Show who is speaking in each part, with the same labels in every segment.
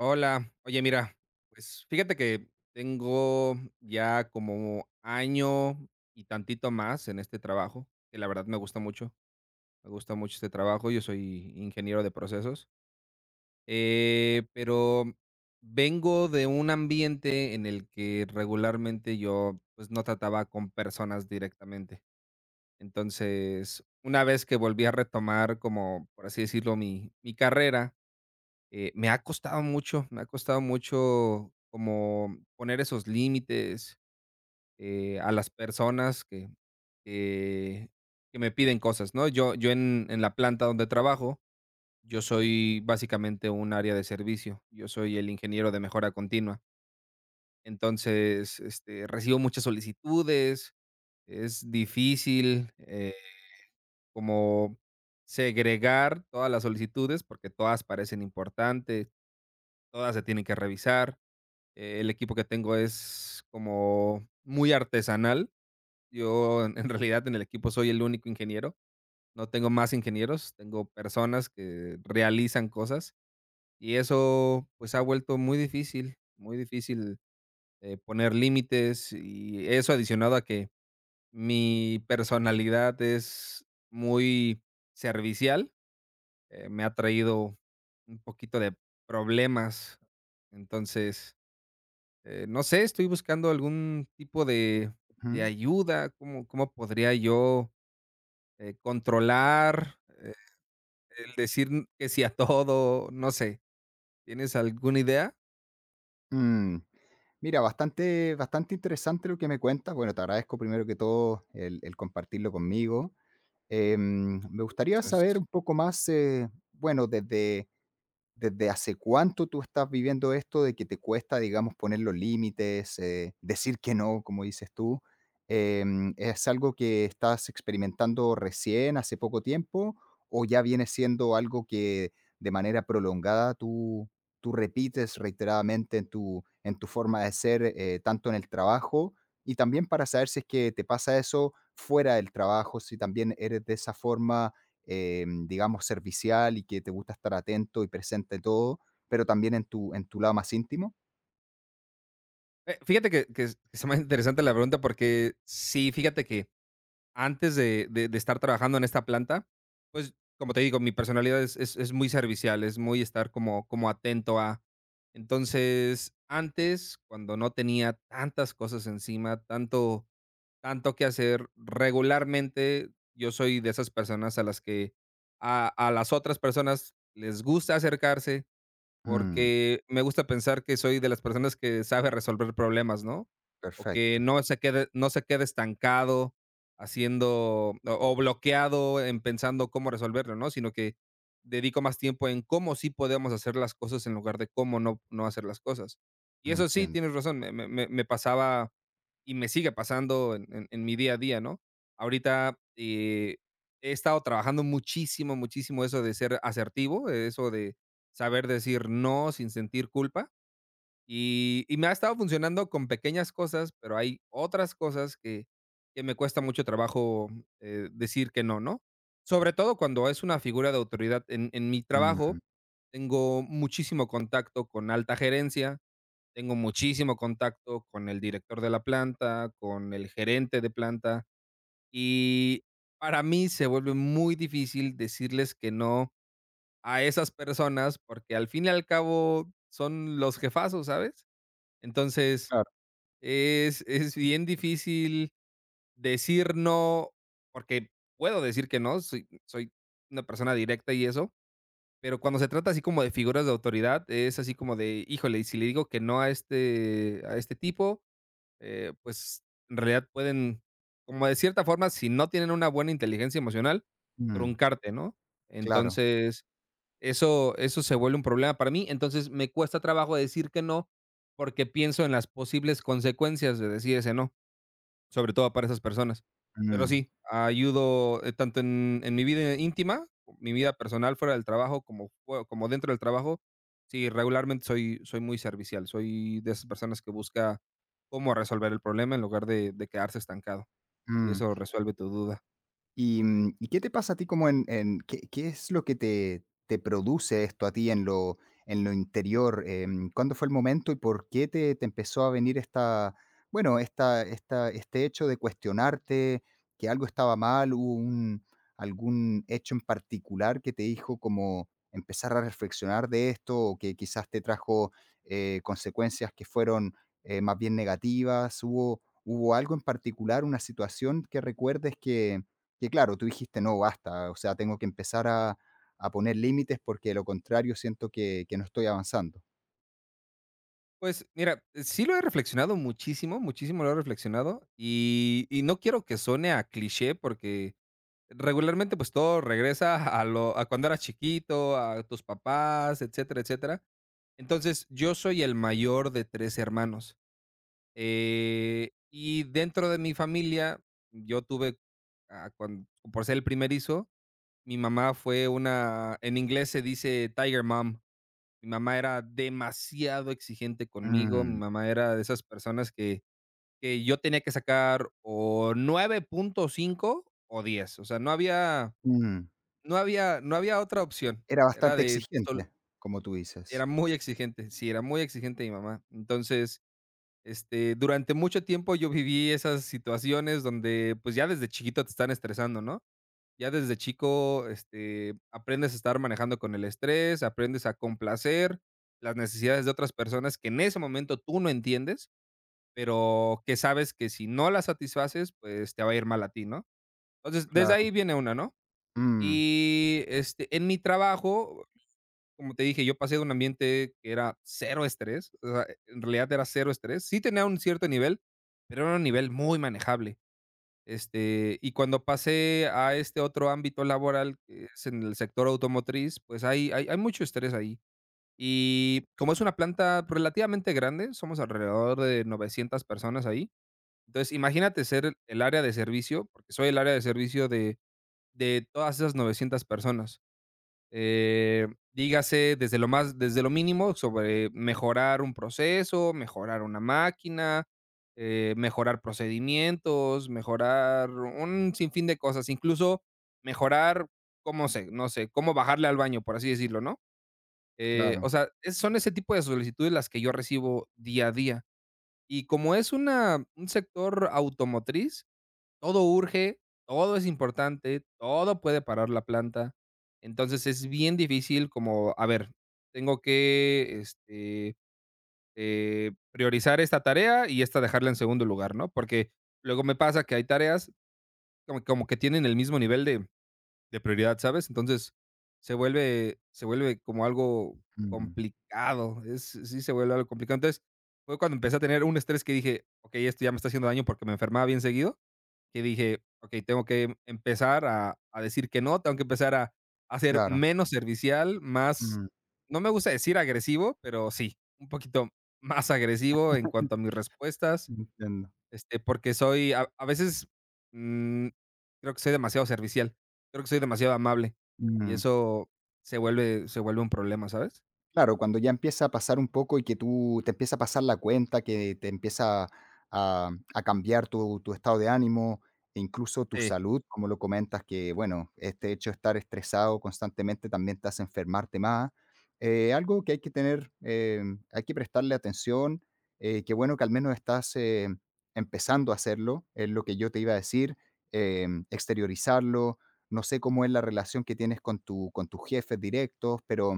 Speaker 1: Hola, oye, mira, pues fíjate que tengo ya como año y tantito más en este trabajo, que la verdad me gusta mucho este trabajo. Yo soy ingeniero de procesos, pero vengo de un ambiente en el que regularmente yo pues no trataba con personas directamente. Entonces, una vez que volví a retomar, como por así decirlo, mi carrera, me ha costado mucho, me ha costado mucho como poner esos límites, a las personas que que me piden cosas, ¿no? Yo en la planta donde trabajo, yo soy básicamente un área de servicio. Yo soy el ingeniero de mejora continua. Entonces, recibo muchas solicitudes. Es difícil, como segregar todas las solicitudes, porque todas parecen importantes, todas se tienen que revisar. El equipo que tengo es como muy artesanal. Yo, en realidad, en el equipo soy el único ingeniero. No tengo más ingenieros, tengo personas que realizan cosas, y eso pues ha vuelto muy difícil, poner límites. Y eso, adicionado a que mi personalidad es muy servicial, me ha traído un poquito de problemas. Entonces no sé, estoy buscando algún tipo de
Speaker 2: Ujú.
Speaker 1: ayuda. Cómo podría yo, controlar el decir que sí a todo? No sé, ¿tienes alguna idea?
Speaker 2: Mm. Mira, bastante, bastante interesante lo que me cuentas. Bueno, te agradezco primero que todo el compartirlo conmigo. Me
Speaker 1: Es
Speaker 2: gustaría saber
Speaker 1: es-
Speaker 2: un poco más, bueno, ¿desde hace cuánto tú estás viviendo esto de que te cuesta, digamos, poner los límites, decir que no, como dices tú? ¿Es algo que estás experimentando recién, hace poco tiempo, o ya viene siendo algo que de manera prolongada tú repites reiteradamente en tu forma de ser, tanto en el trabajo y también para saber si es que te pasa eso fuera del trabajo, si también eres de esa forma digamos, servicial y que te gusta estar atento y presente en todo, pero también en tu lado más íntimo?
Speaker 1: Fíjate que que se me hace interesante la pregunta porque sí, fíjate que antes de de estar trabajando en esta planta, pues, como te digo, mi personalidad es muy servicial, es muy estar como como atento a. Entonces, antes, cuando no tenía tantas cosas encima, tanto tanto que hacer, regularmente yo soy de esas personas a las que a las otras personas les gusta acercarse,
Speaker 2: Mm,
Speaker 1: porque me gusta pensar que soy de las personas que sabe resolver problemas, ¿no? O que
Speaker 2: perfecto,
Speaker 1: no se quede, no se quede estancado haciendo o bloqueado en pensando cómo resolverlo, ¿no? Sino que dedico más tiempo en cómo sí podemos hacer las cosas en lugar de cómo no hacer las cosas. Y eso sí,
Speaker 2: entiendo.
Speaker 1: tienes razón, me pasaba y me sigue pasando en en mi día a día, ¿no? Ahorita, he estado trabajando muchísimo, muchísimo eso de ser asertivo, eso de saber decir no sin sentir culpa. Y me ha estado funcionando con pequeñas cosas, pero hay otras cosas que me cuesta mucho trabajo, decir que no, ¿no? Sobre todo cuando es una figura de autoridad. En mi
Speaker 2: Mm,
Speaker 1: trabajo tengo muchísimo contacto con alta gerencia, tengo muchísimo contacto con el director de la planta, con el gerente de planta, y para mí se vuelve muy difícil decirles que no a esas personas, porque al fin y al cabo son los jefazos, ¿sabes? Entonces,
Speaker 2: claro.
Speaker 1: es bien difícil decir no, porque puedo decir que no, soy una persona directa y eso, pero cuando se trata así como de figuras de autoridad, es así como de, híjole, y si le digo que no a este tipo, pues, en realidad pueden, como de cierta forma, si no tienen una buena inteligencia emocional,
Speaker 2: Mm,
Speaker 1: truncarte, ¿no?
Speaker 2: claro.
Speaker 1: Entonces eso se vuelve un problema para mí. Entonces, me cuesta trabajo decir que no, porque pienso en las posibles consecuencias de decir ese no, sobre todo para esas personas. Pero
Speaker 2: Mm,
Speaker 1: sí, ayudo, tanto en mi vida íntima, mi vida personal fuera del trabajo, como dentro del trabajo. Sí, regularmente soy muy servicial, soy de esas personas que busca cómo resolver el problema en lugar de quedarse estancado. Si
Speaker 2: mm.
Speaker 1: eso resuelve tu duda.
Speaker 2: ¿Y qué te pasa a ti como en qué, qué es lo que te produce esto a ti en lo interior? ¿Cuándo fue el momento y por qué te empezó a venir esta, bueno, este hecho de cuestionarte que algo estaba mal? ¿Hubo algún hecho en particular que te dijo como empezar a reflexionar de esto o que quizás te trajo consecuencias que fueron más bien negativas? ¿Hubo algo en particular, una situación que recuerdes que claro, tú dijiste: "No, basta, o sea, tengo que empezar a poner límites, porque de lo contrario siento que no estoy avanzando".
Speaker 1: Pues mira, sí lo he reflexionado muchísimo, muchísimo lo he reflexionado, y no quiero que suene a cliché porque regularmente pues todo regresa a lo a cuando eras chiquito, a tus papás, etcétera, etcétera. Entonces, yo soy el mayor de tres hermanos, y dentro de mi familia yo tuve, por ser el primerizo, mi mamá fue una, en inglés se dice tiger mom, mi mamá era demasiado exigente conmigo. Mi
Speaker 2: Mm,
Speaker 1: mamá era de esas personas que yo tenía que sacar o 9.5 o 10. O sea, no había,
Speaker 2: mm.
Speaker 1: no había otra opción.
Speaker 2: Era
Speaker 1: Era
Speaker 2: bastante
Speaker 1: de sol
Speaker 2: exigente, como tú dices.
Speaker 1: Era muy exigente, sí, era muy exigente mi mamá. Entonces, durante mucho tiempo yo viví esas situaciones donde, pues, ya desde chiquito te están estresando, ¿no? Ya desde chico, aprendes a estar manejando con el estrés, aprendes a complacer las necesidades de otras personas que en ese momento tú no entiendes, pero que sabes que si no las satisfaces, pues te va a ir mal a ti, ¿no? Entonces, desde
Speaker 2: Claro.
Speaker 1: ahí viene una, ¿no?
Speaker 2: Mm,
Speaker 1: Y, en mi trabajo, como te dije, yo pasé de un ambiente que era cero estrés. O sea, en realidad era cero estrés. Sí tenía un cierto nivel, pero era un nivel muy manejable. Y cuando pasé a este otro ámbito laboral, que es en el sector automotriz, pues hay mucho estrés ahí. Y como es una planta relativamente grande, somos alrededor de 900 personas ahí. Entonces, imagínate ser el área de servicio, porque soy el área de servicio de todas esas 900 personas. Dígase, desde lo más, desde lo mínimo, sobre mejorar un proceso, mejorar una máquina, mejorar procedimientos, mejorar un sinfín de cosas, incluso mejorar, cómo sé, no sé, cómo bajarle al baño, por así decirlo, ¿no? O
Speaker 2: claro.
Speaker 1: sea, son ese tipo de solicitudes las que yo recibo día a día. Y como es un sector automotriz, todo urge, todo es importante, todo puede parar la planta. Entonces es bien difícil, como, a ver, tengo que priorizar esta tarea y esta dejarla en segundo lugar, ¿no? Porque luego me pasa que hay tareas como, que tienen el mismo nivel de prioridad, ¿sabes? Entonces se vuelve como algo
Speaker 2: Mm,
Speaker 1: complicado. Sí, se vuelve algo complicado. Entonces fue cuando empecé a tener un estrés que dije: "Ok, esto ya me está haciendo daño", porque me enfermaba bien seguido, que dije: "Okey, tengo que empezar a decir que no, tengo que empezar a ser
Speaker 2: claro.
Speaker 1: menos servicial, más".
Speaker 2: Mm.
Speaker 1: No me gusta decir agresivo, pero sí, un poquito más agresivo en cuanto a mis respuestas,
Speaker 2: Entiendo.
Speaker 1: porque soy, a veces, mm, creo que soy demasiado servicial, creo que soy demasiado amable, y
Speaker 2: Mm.
Speaker 1: eso se vuelve un problema, ¿sabes?
Speaker 2: Claro, cuando ya empieza a pasar un poco y que tú te empieza a pasar la cuenta, que te empieza a cambiar tu estado de ánimo e incluso tu
Speaker 1: Sí,
Speaker 2: salud, como lo comentas, que bueno, este hecho de estar estresado constantemente también te hace enfermarte más. Algo que hay que tener, hay que prestarle atención, que bueno que al menos estás empezando a hacerlo, es lo que yo te iba a decir, exteriorizarlo. No sé cómo es la relación que tienes con tus jefes directos, pero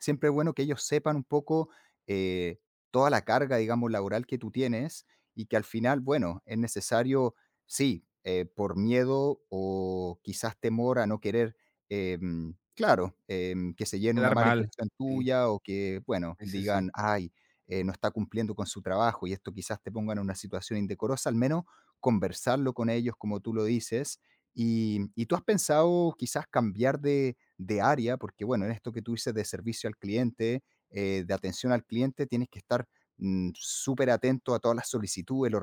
Speaker 2: siempre es bueno que ellos sepan un poco, eh, toda la carga, digamos, laboral que tú tienes y que al final, bueno, es necesario, sí, por miedo o quizás temor a no querer, claro, que se llene una
Speaker 1: quedar
Speaker 2: mala
Speaker 1: mal.
Speaker 2: impresión
Speaker 1: Sí,
Speaker 2: tuya o que, bueno,
Speaker 1: sí, sí, sí.
Speaker 2: digan, ay, no está cumpliendo con su trabajo y esto quizás te ponga en una situación indecorosa, al menos conversarlo con ellos, como tú lo dices, y tú has pensado quizás cambiar de área, porque bueno, en esto que tú dices de servicio al cliente, de atención al cliente, tienes que estar súper atento a todas las solicitudes, los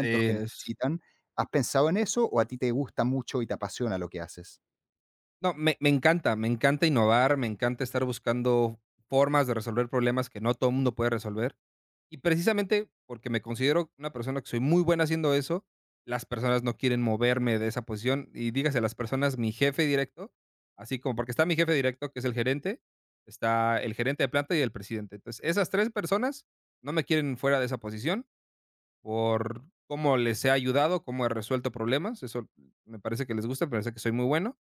Speaker 1: Sí,
Speaker 2: que
Speaker 1: es...
Speaker 2: necesitan. ¿Has pensado en eso o a ti te gusta mucho y te apasiona lo que haces?
Speaker 1: No, me encanta innovar, me encanta estar buscando formas de resolver problemas que no todo el mundo puede resolver. Y precisamente porque me considero una persona que soy muy buena haciendo eso, las personas no quieren moverme de esa posición. Y dígase, las personas, mi jefe directo, así como, porque está mi jefe directo, que es el gerente, está el gerente de planta y el presidente. Entonces, esas 3 personas no me quieren fuera de esa posición por cómo les he ayudado, cómo he resuelto problemas. Eso me parece que les gusta, me parece que soy muy bueno,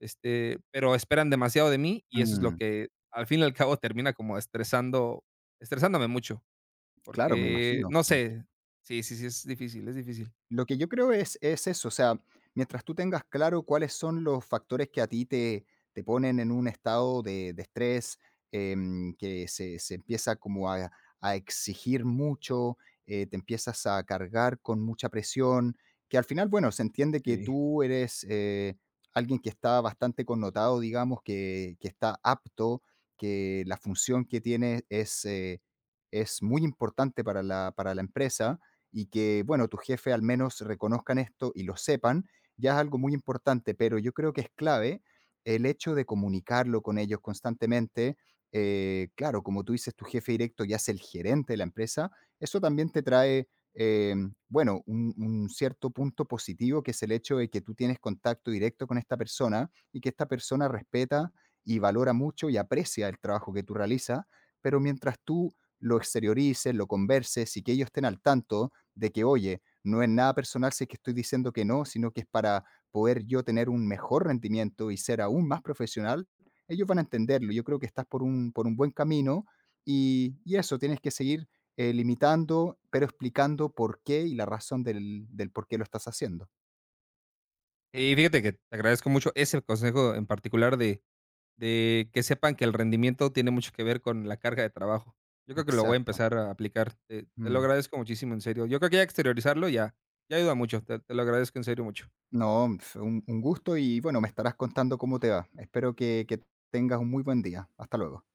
Speaker 1: pero esperan demasiado de mí, y eso es lo
Speaker 2: Mm,
Speaker 1: que al fin y al cabo termina como estresando estresándome mucho,
Speaker 2: claro, me
Speaker 1: porque
Speaker 2: imagino.
Speaker 1: no sé, sí, sí, sí, es difícil, es difícil.
Speaker 2: Lo que yo creo es eso, o sea, mientras tú tengas claro cuáles son los factores que a ti te ponen en un estado de estrés, que se empieza como a exigir mucho, te empiezas a cargar con mucha presión, que al final, bueno, se entiende que
Speaker 1: Sí.
Speaker 2: tú eres alguien que está bastante connotado, digamos, que está apto, que la función que tiene es muy importante para la empresa y que, bueno, tu jefe al menos reconozcan esto y lo sepan, ya es algo muy importante, pero yo creo que es clave el hecho de comunicarlo con ellos constantemente. Claro, como tú dices, tu jefe directo ya es el gerente de la empresa, eso también te trae, eh, bueno, un cierto punto positivo, que es el hecho de que tú tienes contacto directo con esta persona y que esta persona respeta y valora mucho y aprecia el trabajo que tú realizas, pero mientras tú lo exteriorices, lo converses y que ellos estén al tanto de que, oye, no es nada personal si es que estoy diciendo que no, sino que es para poder yo tener un mejor rendimiento y ser aún más profesional, ellos van a entenderlo. Yo creo que estás por un buen camino y eso, tienes que seguir limitando, pero explicando por qué y la razón del, del por qué lo estás haciendo.
Speaker 1: Y fíjate que te agradezco mucho ese consejo en particular de que sepan que el rendimiento tiene mucho que ver con la carga de trabajo. Yo creo que lo voy a
Speaker 2: Exacto.
Speaker 1: empezar a aplicar. Te lo
Speaker 2: Mm.
Speaker 1: agradezco muchísimo, en serio. Yo creo que ya exteriorizarlo ya ya ayuda mucho. Te lo agradezco en serio mucho.
Speaker 2: No, fue un gusto y bueno, me estarás contando cómo te va. Espero que tengas un muy buen día. Hasta luego.